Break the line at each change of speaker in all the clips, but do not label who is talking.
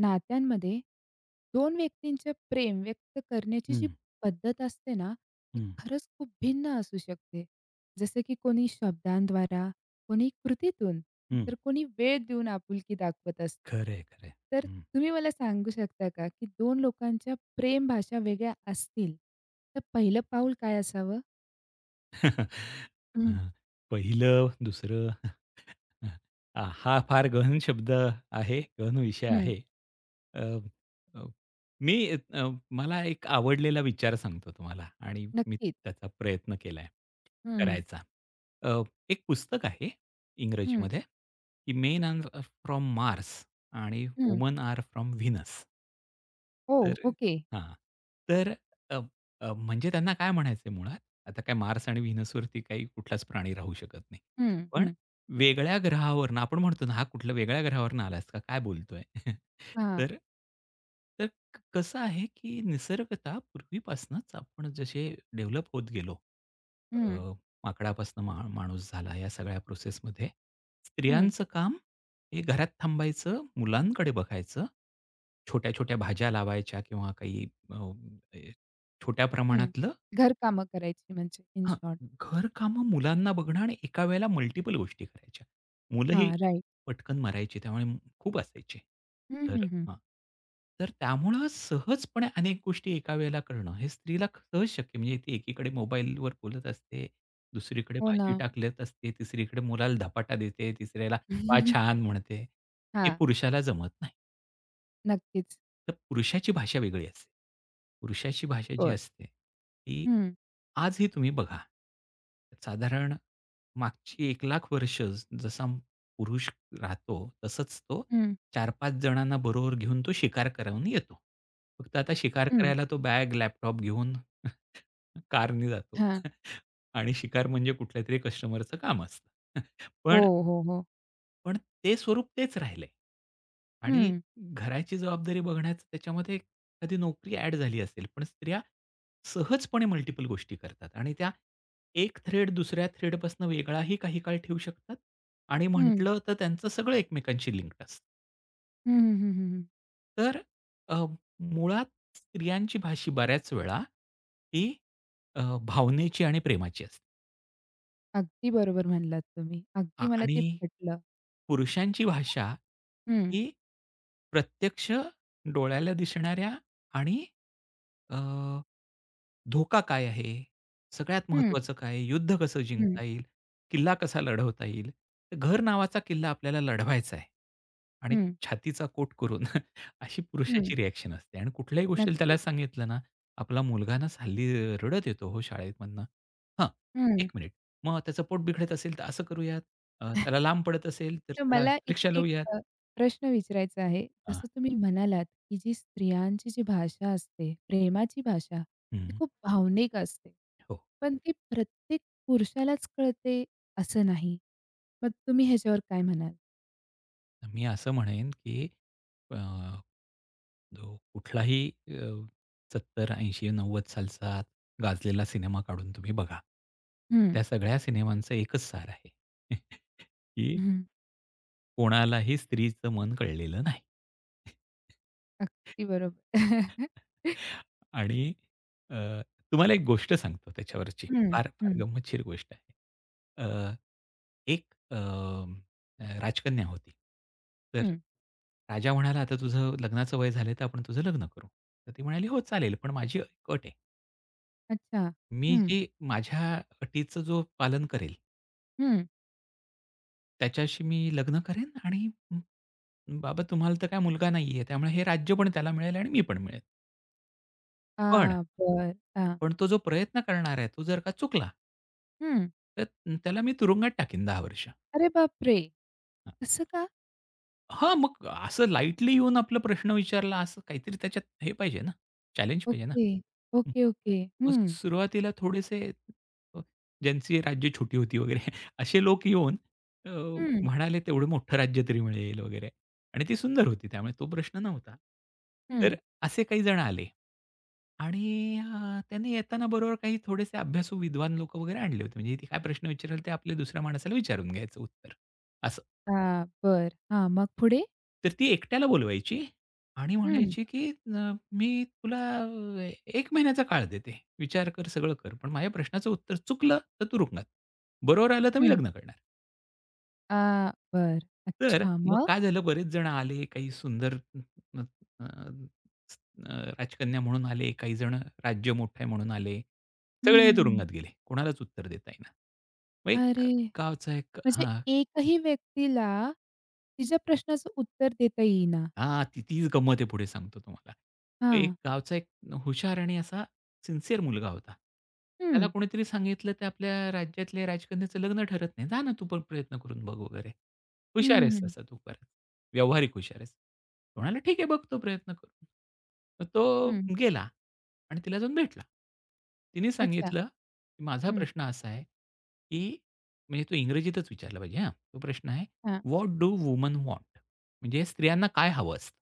नात्यांमध्ये दोन व्यक्तींचे प्रेम व्यक्त करण्याची जी
हं,
पद्धत असते ना, ती
हं,
खरंच खूप भिन्न असू शकते. जसं की कोणी शब्दांद्वारा, कोणी कृतीतून,
हं.
तर कोणी वेळ देऊन आपुलकी दाखवत असतं.
खरं आहे, खरं आहे.
तर तुम्ही मला सांगू शकता का, की दोन लोकांच्या प्रेम भाषा वेगळ्या असतील, तर पहिलं पाऊल काय असावं? हं,
पहिलं, दुसरं, हा फार गहन शब्द आहे, गहन विषय
हं.
आहे. अ, अ, मी अ, मला एक आवडलेला विचार सांगतो तुम्हाला आणि मी
नक्कीच.
त्याचा प्रयत्न केलाय
हं, हं,
करायचा. अ, एक पुस्तक आहे
हं,
इंग्रजीमध्ये, की "मेन आर फ्रॉम मार्स आणि
हं.
Woman are from Venus."
हो,
तर
ओके.
हां. तर अ, अ, म्हणजे त्यांना काय म्हणायचंय मुळात, आता काय मार्स आणि व्हीनसवरती काही कुठलाच प्राणी राहू शकत नाही.
हं,
पण
हं.
वेगळ्या ग्रहावरनं आपण म्हणतो ना, "हा कुठल्या वेगळ्या ग्रहावरनं आलास का? काय बोलतोय?"
हां.
तर तर कसं आहे, की निसर्गतः पूर्वीपासूनच आपण जसे डेव्हलप होत गेलो. अ,
हं,
माकडापासून माणूस झाला या सगळ्या प्रोसेसमध्ये.
हं.
स्त्रियांचं काम हे घरात थांबायचं, मुलांकडे बघायचं. छोट्या-छोट्या भाज्या लावायच्या किंवा काही अ, ए, छोट्या
हं.
प्रमाणातलं
घरकामं करायची म्हणजे इन
हां,
शॉर्ट.
घरकामं मुलांना बघणं आणि एका वेळेला मल्टिपल गोष्टी करायच्या. मुलंही
हां, राइट.
पटकन मरायची त्यामुळे खूप असायची.
हं,
तर
हं, हं.
हां, तर त्यामुळं सहजपणे अनेक गोष्टी एका वेळेला करणं हे स्त्रीला सहज शक्य म्हणजे ती एकीकडे मोबाईलवर बोलत असते, दुसरीकडे
हो ना.
भाजी टाकत असते, तिसरीकडे मुलाला धपाटा देते, तिसऱ्याला "वाह! छान" म्हणते. हे
हां,
पुरुषाला जमत नाही.
नक्कीच.
तर पुरुषाची भाषा वेगळी असते. पुरुषाची भाषा जी
होय.
असते, ती
हं,
आजही तुम्ही बघा. साधारण मागची 1 लाख वर्ष जसा पुरुष राहतो, तसंच तो
हं,
4-5 जणांना बरोबर घेऊन तो शिकार करून येतो. फक्त आता शिकार
हं.
करायला तो बॅग, लॅपटॉप घेऊन कारने जातो
हां.
आणि शिकार म्हणजे कुठल्यातरी कस्टमरचं काम असतं. पण
हो, हो, हो.
पण ते स्वरूप तेच राहिलंय.
हं,
आणि
हं.
घराची जबाबदारी बघण्याचं त्याच्यामध्ये एखादी नोकरी ॲड झाली असेल, पण स्त्रिया सहजपणे मल्टिपल गोष्टी करतात आणि त्या एक थ्रेड दुसऱ्या थ्रेडपासून वेगळाही काही काळ ठेवू शकतात आणि
हं,
म्हटलं तर त्यांचं सगळं एकमेकांशी लिंक्ड असतं.
हं, हं, हं, हं.
तर अ, मुळात स्त्रियांची भाषा बऱ्याच वेळा ही अ, भावनेची आणि प्रेमाची असते.
अगदी बरोबर म्हणलात तुम्ही. अगदी मला ते
आणि
पटलं.
पुरुषांची भाषा
हं,
ही प्रत्यक्ष डोळ्याला दिसणाऱ्या आणि अ, धोका काय आहे? सगळ्यात
हं,
महत्त्वाचं काय आहे? युद्ध कसं
हं,
जिंकता येईल? किल्ला कसा लढवता येईल? तर घर नावाचा किल्ला आपल्याला लढवायचा आहे आणि
हं,
छातीचा कोट करून अशी
हं.
पुरुषाची रिएक्शन असते आणि कुठल्याही गोष्टीला त्याला
नक्कीच.
सांगितलं ना, आपला मुलगा ना हल्ली रडत येतो हो शाळेमधनं. हां,
हं.
1 मिनिट. मग त्याचं पोट बिघडत असेल तर असं करूयात. त्याला लांब पडत असेल तर
तर
त्याला
मला इथे
रिक्षा
एक
लावूयात.
प्रश्न विचारायचा आहे.
हां,
जसं तुम्ही म्हणालात, की स्त्रियांची जी भाषा असते, प्रेमाची भाषा, ती
हं,
खूप भावनिक असते.
हो.
पण ती प्रत्येक पुरुषालाच कळते असं नाही. मग तुम्ही ह्याच्यावर काय म्हणाल?
तर मी असं म्हणेन, की अ, जो कुठलाही अ, 70, 80, 90 सालचा गाजलेला सिनेमा काढून तुम्ही बघा.
हं,
त्या सगळ्या सिनेमांचं एकच सार आहे, की
हं.
कोणालाही स्त्रीचं मन कळलेलं नाही.
अगदी बरोबर.
आणि अ, तुम्हाला एक गोष्ट सांगतो त्याच्यावरची.
हं,
फार, फार
हं,
गंमतशीर गोष्ट आहे. अ, एक अ, राजकन्या होती. तर
हं.
राजा म्हणाला, "आता तुझं लग्नाचं वय झालंय, तर आपण तुझं लग्न करू." तर ती म्हणाली, "हो चालेल, पण माझी एक अट आहे.
अच्छा.
मी
हं,
जी माझ्या अटीचं जो पालन करेल,
हं.
त्याच्याशी मी लग्न करेन आणि बाबा तुम्हाला तर काय मुलगा नाहीये, त्यामुळे हे राज्य पण त्याला मिळेल आणि मी पण मिळेल. पण,
आ, बरं.
पण तो जो प्रयत्न करणार आहे, तो जर का चुकला
हं.
तर त्याला मी तुरुंगात टाकीन 10 वर्ष.
अरे बापरे!
हां.
कसं का?
हां, मग असं लाईटली येऊन आपला प्रश्न विचारला, असं काहीतरी त्याच्यात हे पाहिजे ना, चॅलेंज पाहिजे ना.
ओके. Okay, okay.
मग
हं,
सुरुवातीला थोडेसे अ, ज्यांची राज्य छोटी होती वगैरे असे लोक येऊन अ,
हं,
म्हणाले, "तेवढं मोठं राज्य तरी मिळेल" वगैरे आणि ती सुंदर होती त्यामुळे तो प्रश्न नव्हता. तर
हं.
असे काही जण आले आणि त्यांनी येताना बरोबर काही थोडेसे अभ्यासू विद्वान लोकं वगैरे आणले होते. म्हणजे ते काय प्रश्न विचारेल ते आपल्या दुसऱ्या माणसाला विचारून घ्यायचं उत्तर असं.
हां, बरं. हां, मग पुढे?
तर ती एकट्याला बोलवायची आणि
हं,
म्हणायची, की मी तुला 1 महिन्याचा काळ देते. विचार कर, सगळं कर. पण माझ्या प्रश्नाचं उत्तर चुकलं तर तू रुग्णात. बरोबर आलं तर मी
हं.
लग्न करणार."
बरं.
तर
अच्छा,
मग
मग?
काय झालं बरेच जण आले. काही सुंदर अ, अ, अ, राजकन्या म्हणून आले. काही जण राज्य मोठं आहे म्हणून आले.
हं,
सगळे
हं, हं.
तुरुंगात गेले. कोणालाच उत्तर देता येईना. मग एक
अरे!
गावचा एक
म्हणजे
हां.
एकही व्यक्तीला तिच्या प्रश्नाचं उत्तर देता येईना.
हां, ती तीच गंमत आहे पुढे सांगतो तुम्हाला. मग एक
हां.
गावचा एक हुशार आणि असा सिन्सिअर मुलगा होता. त्याला
हं.
कोणीतरी सांगितलं, "ते आपल्या राज्यातल्या राजकन्याचं लग्न ठरत नाही. जा ना तू पण प्रयत्न करून बघ वगैरे.
हं,
हुशार
हं,
आहेस
हं.
तसा तू बराच. व्यावहारिक हुशार आहेस." तो म्हणाला, "ठीक आहे बघतो प्रयत्न करून." मग तो
हं.
गेला आणि तिला जाऊन भेटला. तिने
अच्छा.
सांगितलं, की "माझा
हं.
प्रश्न असा आहे, की" म्हणजे तो इंग्रजीतच विचारला पाहिजे हां. तो प्रश्न आहे,
हां,
"व्हॉट डू वुमन वॉन्ट?" म्हणजे स्त्रियांना काय हवं असतं.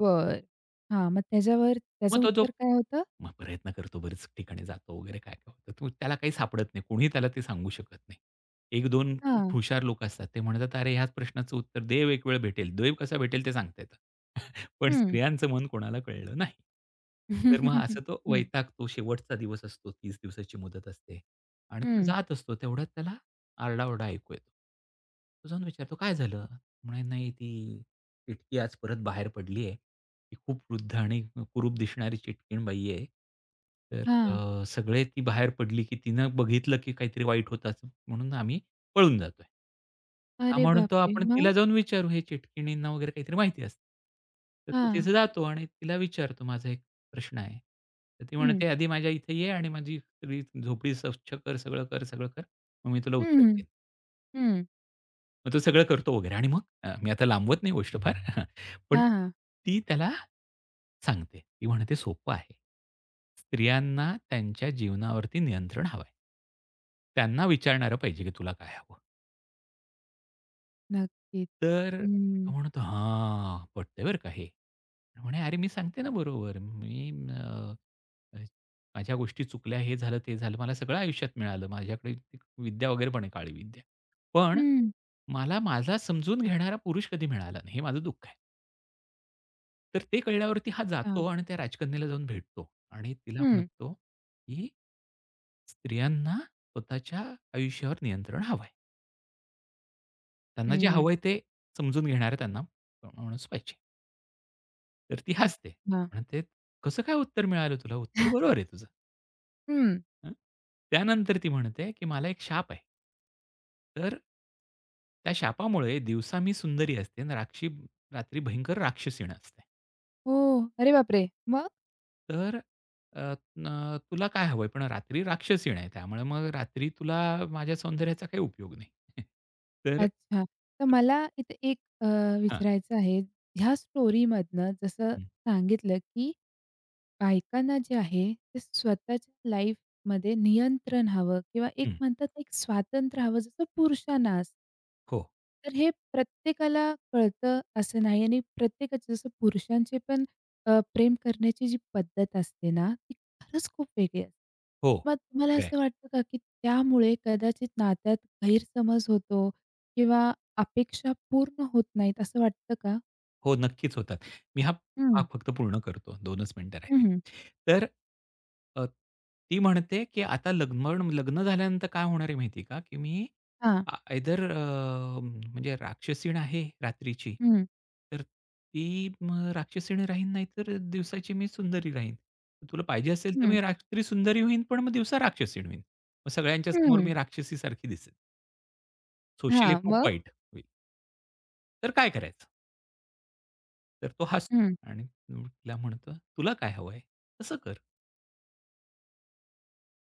बरं. हां, मग त्याच्यावर
मग
त्याचं
तो जो
उत्तर काय होतं?
मग प्रयत्न करतो, बरीच ठिकाणी जातो वगैरे काय-काय होतं. तो त्याला काही सापडत नाही. कोणीही त्याला ते सांगू शकत नाही. एक दोन खूप
हां.
हुशार लोकं असतात. ते म्हणतात, "अरे, ह्याच प्रश्नाचं उत्तर देव एक वेळ भेटेल." देव कसा भेटेल ते सांगता येतं. पण
हं.
स्त्रियांचं मन कोणाला कळलं नाही. तर मग असं तो
हं.
वैतागतो. शेवटचा दिवस असतो. 30 दिवसाची मुदत असते आणि तो
हं.
जात असतो. तेवढ्यात त्याला आरडाओरडा ऐकू येतो. तो जाऊन विचारतो, "काय झालं?" म्हणे, "नाही, ती टिटकी आज परत बाहेर पडली ती खूप वृद्ध आणि कुरूप दिसणारी चिटकीण बाई आहे. तर
हां.
सगळे ती बाहेर पडली, की तिनं बघितलं, की काहीतरी वाईट होताच, असं म्हणून आम्ही पळून जातोय. हा
अरे
म्हणतो
बापरे!
आपण
मग?
तिला जाऊन विचारू, हे चिटकिणींना वगैरे काहीतरी माहिती असतं. तर तो
हां.
तिथे जातो आणि तिला विचारतो, माझा एक प्रश्न आहे. तर ती
हं.
म्हणते, "आधी माझ्या इथे ये आणि माझी सगळी झोपडी स्वच्छ कर, सगळं कर, सगळं कर. मग मी तुला
हं,
उत्तर
हं.
देईन."
हं.
मग तो सगळं करतो वगैरे आणि मग मी आता लांबवत नाही गोष्ट फार. पण
हां, हां.
ती त्याला सांगते. ती म्हणते, "सोपं आहे. स्त्रियांना त्यांच्या जीवनावरती नियंत्रण हवं आहे. त्यांना विचारणारं पाहिजे, की तुला काय हवं?"
नक्कीच.
तर तो
हं.
म्हणतो, "हां, पटतंय बरं का हे." तर म्हणे, "अरे, मी सांगते ना बरोबर. मी अ, अ, माझ्या गोष्टी चुकल्या, हे झालं, ते झालं. मला सगळं आयुष्यात मिळालं. माझ्याकडे ती विद्या वगैरे पण आहे, काळी विद्या. पण
हं.
मला माझा समजून घेणारा पुरुष कधी मिळाला नाही, हे माझं दुःख आहे." तर ते कळल्यावरती हा
अच्छा.
जातो आणि त्या राजकन्येला जाऊन भेटतो आणि तिला
हं,
म्हणतो, की स्त्रियांना स्वतःच्या आयुष्यावर नियंत्रण हवं आहे. त्यांना जे
हं.
हवं आहे ते समजून घेणारा त्यांना माणूस पाहिजे. तर ती हसते.
अच्छा.
म्हणते, "कसं काय उत्तर मिळालं तुला? उत्तर बरोबर आहे तुझं."
हं.
हं. त्यानंतर ती म्हणते, की "मला एक शाप आहे. तर त्या शापामुळे दिवसा मी सुंदरी असते आणि रात्री भयंकर राक्षसीण असते.
हो. अरे बापरे! मग?
तर अ, न तुला काय हवंय? पण रात्री राक्षसीण आहे. त्यामुळे मग रात्री तुला माझ्या सौंदर्याचा काही उपयोग नाही." तर
अच्छा. तर मला इथे एक
हां.
विचारायचं आहे, ह्या स्टोरीमधनं जसं
हं,
सांगितलं, की बायकांना जे आहे ते स्वतःच्या लाईफमध्ये नियंत्रण हवं किंवा एक
हं.
म्हणतात ना, एक स्वातंत्र्य हवं जसं पुरुषांना असतं.
हो,
तर हे प्रत्येकाला कळतं असं नाही आणि प्रत्येकाचे जसं पुरुषांचे पण प्रेम करण्याची जी पद्धत असते ना, ती खरंच खूप वेगळी असते.
हो.
मग तुम्हाला असं वाटतं का, की त्यामुळे कदाचित नात्यात गैरसमज होतो किंवा अपेक्षा पूर्ण होत नाहीत असं वाटतं का?
हो, नक्कीच होतात. मी हा
हं,
भाग फक्त पूर्ण करतो. 2च मिनिटं राहिली.
हं,
तर अ, ती म्हणते, की आता लग्न पण लग्न झाल्यानंतर काय होणार आहे माहिती आहे का? की मी
हां.
आयदर म्हणजे राक्षसीण आहे रात्रीची,
हं,
तर ती मग राक्षसीण राहीन, नाहीतर दिवसाची मी सुंदरी राहीन. तुला पाहिजे असेल तर
हं,
मी रात्री सुंदरी होईन, पण मग दिवसा राक्षसीण होईन. मग सगळ्यांच्या समोर
हं.
मी राक्षसीसारखी दिसेन. सोशली
हां,
खूप
मग?
वाईट होईल. तर काय करायचं? तर तो हसतो
हं.
आणि मग तिला म्हणतो, "तुला काय हवंय? तसं कर."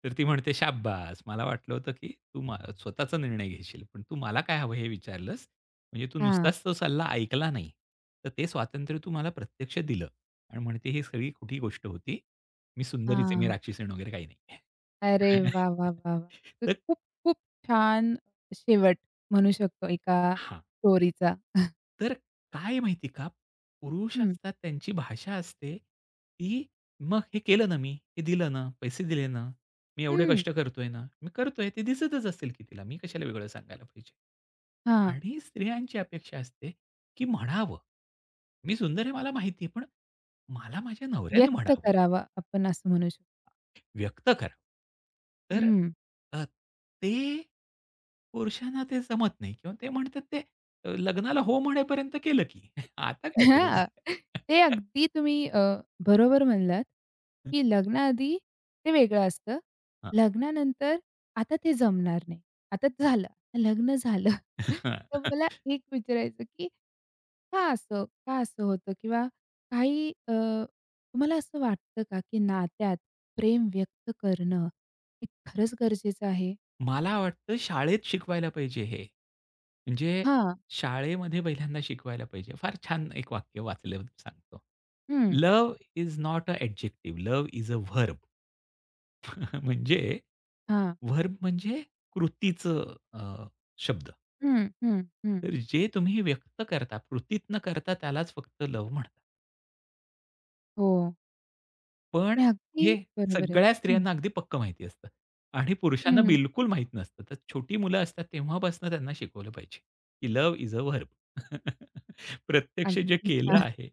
तर ती म्हणते, "शाब्बास! मला वाटलं होतं, की तू स्वतःचा निर्णय घेशील, पण तू मला काय हवं हे विचारलंस, म्हणजे तू
हां,
नुसताच तो सल्ला ऐकला नाही. तर ते स्वातंत्र्य तू मला प्रत्यक्ष दिलं." आणि म्हणते, "ही सगळी खोटी गोष्ट होती. मी सुंदरीच मी
हां.
राक्षसीण वगैरे काही नाही."
अरे वाह, वाह, वाह, वाह! ते
तर
खूप, खूप छान शेवट म्हणू शकतो एका
हां.
स्टोरीचा.
तर काय माहिती का, पुरुष
हं,
असतात त्यांची भाषा असते, की मग हे केलं ना मी, हे दिलं ना, पैसे दिले ना, मी एवढे
हं.
कष्ट करतोय ना, मी करतोय ते दिसतच असेल की तिला, मी कशाला वेगळं सांगायला पाहिजे.
हां,
आणि स्त्रियांची अपेक्षा असते, की म्हणावं. मी सुंदर आहे मला माहिती आहे, पण मला माझ्या नवऱ्याने
व्यक्त
म्हणावं.
करावा आपण असं म्हणू शकतो.
व्यक्त करा. तर
हं.
अ, ते पुरुषांना ते जमत नाही किंवा ते म्हणतात ते लग्नाला हो म्हणेपर्यंत केलं की. आता काय गरज
हां.
आहे?
ते अगदी तुम्ही बरोबर म्हणलात, की लग्नाआधी ते वेगळं असतं.
हां.
लग्नानंतर आता ते जमणार नाही. आता झालं, लग्न झालं. तर मला एक विचारायचं, की का असं होतं? किंवा काही तुम्हाला असं वाटतं का, की नात्यात प्रेम व्यक्त करणं हे खरंच गरजेचं आहे?
मला वाटतं शाळेत शिकवायला पाहिजे हे. म्हणजे
हां.
शाळेमध्ये पहिल्यांदा शिकवायला पाहिजे. फार छान एक वाक्य वाचलं सांगतो.
हं.
"Love is not a adjective, love is a verb." म्हणजे
हां.
व्हर्ब म्हणजे कृतीचं शब्द.
हं, हं, हं.
तर जे तुम्ही व्यक्त करता, कृतीत न करता त्यालाच फक्त लव्ह म्हणतात.
हो.
पण
हे अगदी
हे
बरोबर आहे.
सगळ्या
हं,
स्त्रियांना अगदी पक्क माहिती असतं आणि पुरुषांना
हं.
बिलकुल माहीत नसतं. तर छोटी मुलं असतात तेव्हापासून त्यांना शिकवलं पाहिजे, की लव्ह इज अ व्हर्ब. प्रत्यक्ष जे
अगदी
केलं
छान.
आहे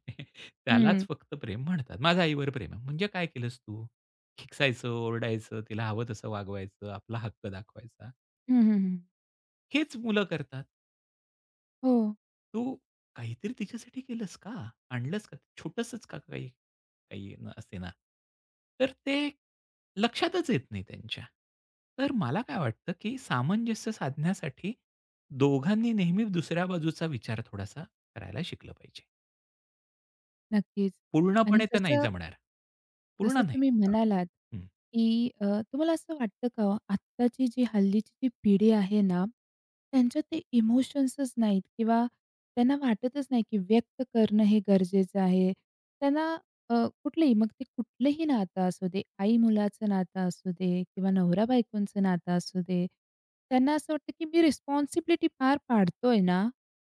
त्यालाच
हं.
फक्त प्रेम म्हणतात. माझं आईवर प्रेम आहे. म्हणजे काय केलंस तू? खेकसायचं, ओरडायचं, तिला हवं तसं वागवायचं, आपला हक्क दाखवायचा.
हं, हं, हं.
हेच मुलं करतात.
हो,
तू काहीतरी तिच्यासाठी केलंस का? आणलंस का? छोटंसंच का काही, काही न- असे ना तर ते लक्षातच येत नाही त्यांच्या. तर मला काय वाटतं, की सामंजस्य साधण्यासाठी दोघांनी नेहमी दुसऱ्या बाजूचा विचार थोडासा करायला शिकलं पाहिजे.
नक्कीच. आणि
पूर्णपणे तर नाही
जसं
जमणार.
जसं
पूर्ण नाही.
तुम्ही
हां.
म्हणालात,
हं.
की तुम्हाला असं वाटतं का हो, आत्ताची हल्लीची जी पिढी आहे ना, त्यांच्यात ते इमोशन्सच नाहीत किंवा त्यांना वाटतच नाही, की व्यक्त करणं हे गरजेचं आहे. त्यांना अ, कुठलंही मग ते कुठलंही नातं असू दे, आई-मुलाचं नातं असू दे किंवा नवरा-बायकोचं नातं असू दे, त्यांना असं वाटतं, की मी रिस्पॉन्सिबिलिटी पार पाडतोय ना,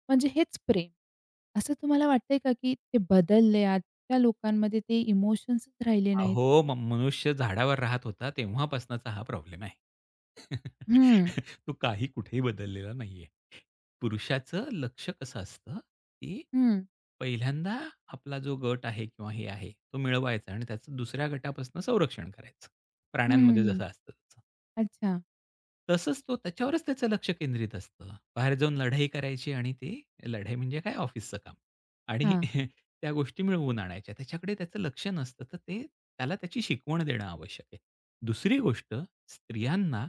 म्हणजे हेच प्रेम. असं तुम्हाला वाटतंय का, की ते बदललंय आजच्या लोकांमध्ये ते इमोशन्सच राहिले नाहीत?
अहो, मनुष्य झाडावर राहत होता तेव्हापासूनचा हा प्रॉब्लेम आहे.
हं,
तो काही कुठेही बदललेला नाहीये. पुरुषाचं लक्ष कसं असतं, की
हं.
पहिल्यांदा आपला जो गट आहे किंवा हे आहे, तो मिळवायचा आणि त्याचं दुसऱ्या गटापासून संरक्षण करायचं.
हं,
प्राण्यांमध्ये
हं, हं.
जसं असतं तसं.
अच्छा.
तसंच तो त्याच्यावरच त्याचं लक्ष केंद्रित असतं. बाहेर जाऊन लढाई करायची आणि ते लढाई म्हणजे काय ऑफिसचं काम आणि
हां.
त्या गोष्टी मिळवून आणायच्या. त्याच्याकडे त्याचं लक्ष नसतं. तर ते त्याला त्याची शिकवण देणं आवश्यक आहे. दुसरी गोष्ट स्त्रियांना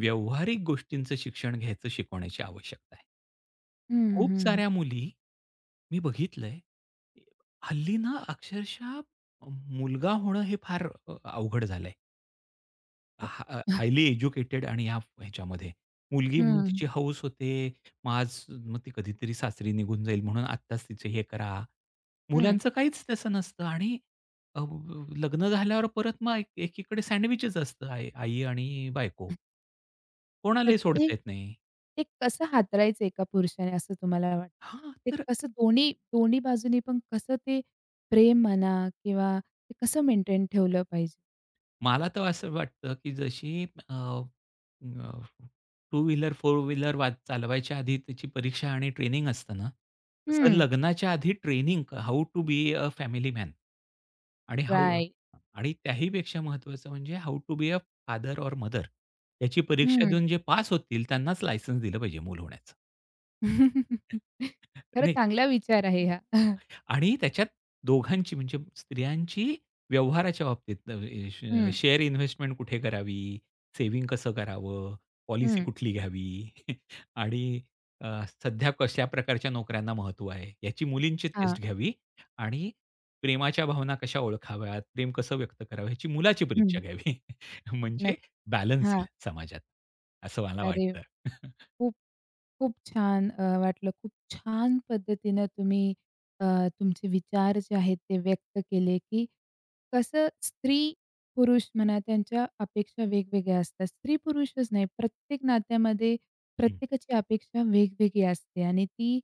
व्यावहारिक गोष्टींचं शिक्षण घ्यायचं शिकवण्याची आवश्यकता आहे.
हं, हं.
खूप
हं.
साऱ्या मुली मी बघितलंय, हल्ली ना अक्षरशः मुलगा होणं हे फार अवघड झालंय.
हो.
हायली एज्युकेटेड आणि ह्या ह्याच्यामध्ये. मुलगी म्हणून
हं,
तिची हौस होते. मग आज मग ती कधीतरी सासरी निघून जाईल म्हणून आत्ताच तिचं हे करा.
हं.
मुलांचं काहीच तसं नसतं आणि अ, लग्न झाल्यावर परत मग एकीकडे सँडविचच असतं. आई आई आणि बायको.
मग
कोणालाही
ते
सोडता येत नाही.
ते कसं हाताळायचं एका पुरुषाने असं तुम्हाला वाटतं?
हां,
ते
तर
कसं दोन्ही दोन्ही बाजूनी पण कसं ते प्रेम म्हणा किंवा ते कसं मेंटेन ठेवलं पाहिजे?
मला तर असं वाटतं, की जशी अ, अ, टू व्हीलर, फोर व्हीलर वा चालवायच्या आधी त्याची परीक्षा आणि ट्रेनिंग असतं ना, तसं
हं.
लग्नाच्या आधी training how to be a family man आणि
राइट.
आणि त्याहीपेक्षा महत्त्वाचं म्हणजे how to be a father or mother याची परीक्षा
हं.
देऊन जे पास होतील त्यांनाच लायसन्स दिलं पाहिजे मूल होण्याचं.
खरं
नाही.
चांगला विचार आहे हा.
आणि त्याच्यात दोघांची म्हणजे स्त्रियांची व्यवहाराच्या बाबतीत अ, श
हं,
शेअर इन्व्हेस्टमेंट कुठे करावी? सेव्हिंग कसं करावं? पॉलिसी
हं.
कुठली घ्यावी? आणि अ, सध्या कशा प्रकारच्या नोकऱ्यांना महत्त्व आहे? याची मुलींची टेस्ट
हां.
घ्यावी आणि प्रेमाच्या भावना कशा ओळखाव्यात? प्रेम कसं व्यक्त करावं? ह्याची मुलाची परीक्षा
हं.
घ्यावी. म्हणजे
नक्क
बॅलन्स येईल
हां.
समाजात, असं मला
अरे!
वाटतं.
खूप, खूप छान वाटलं. खूप छान पद्धतीनं तुम्ही तुमचे विचार जे आहेत ते व्यक्त केले, की कसं स्त्री-पुरुष म्हणा त्यांच्या अपेक्षा वेगवेगळ्या असतात. स्त्री-पुरुषच नाही, प्रत्येक नात्यामध्ये
हं.
प्रत्येकाची अपेक्षा वेगवेगळी असते आणि ती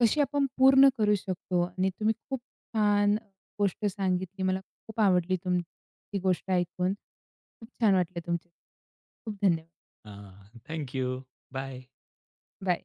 कशी आपण पूर्ण करू शकतो आणि तुम्ही खूप छान गोष्ट सांगितली. मला खूप आवडली तुमची गोष्ट ऐकून. खूप छान वाटलं तुमचे. खूप धन्यवाद.
बाय.
बाय.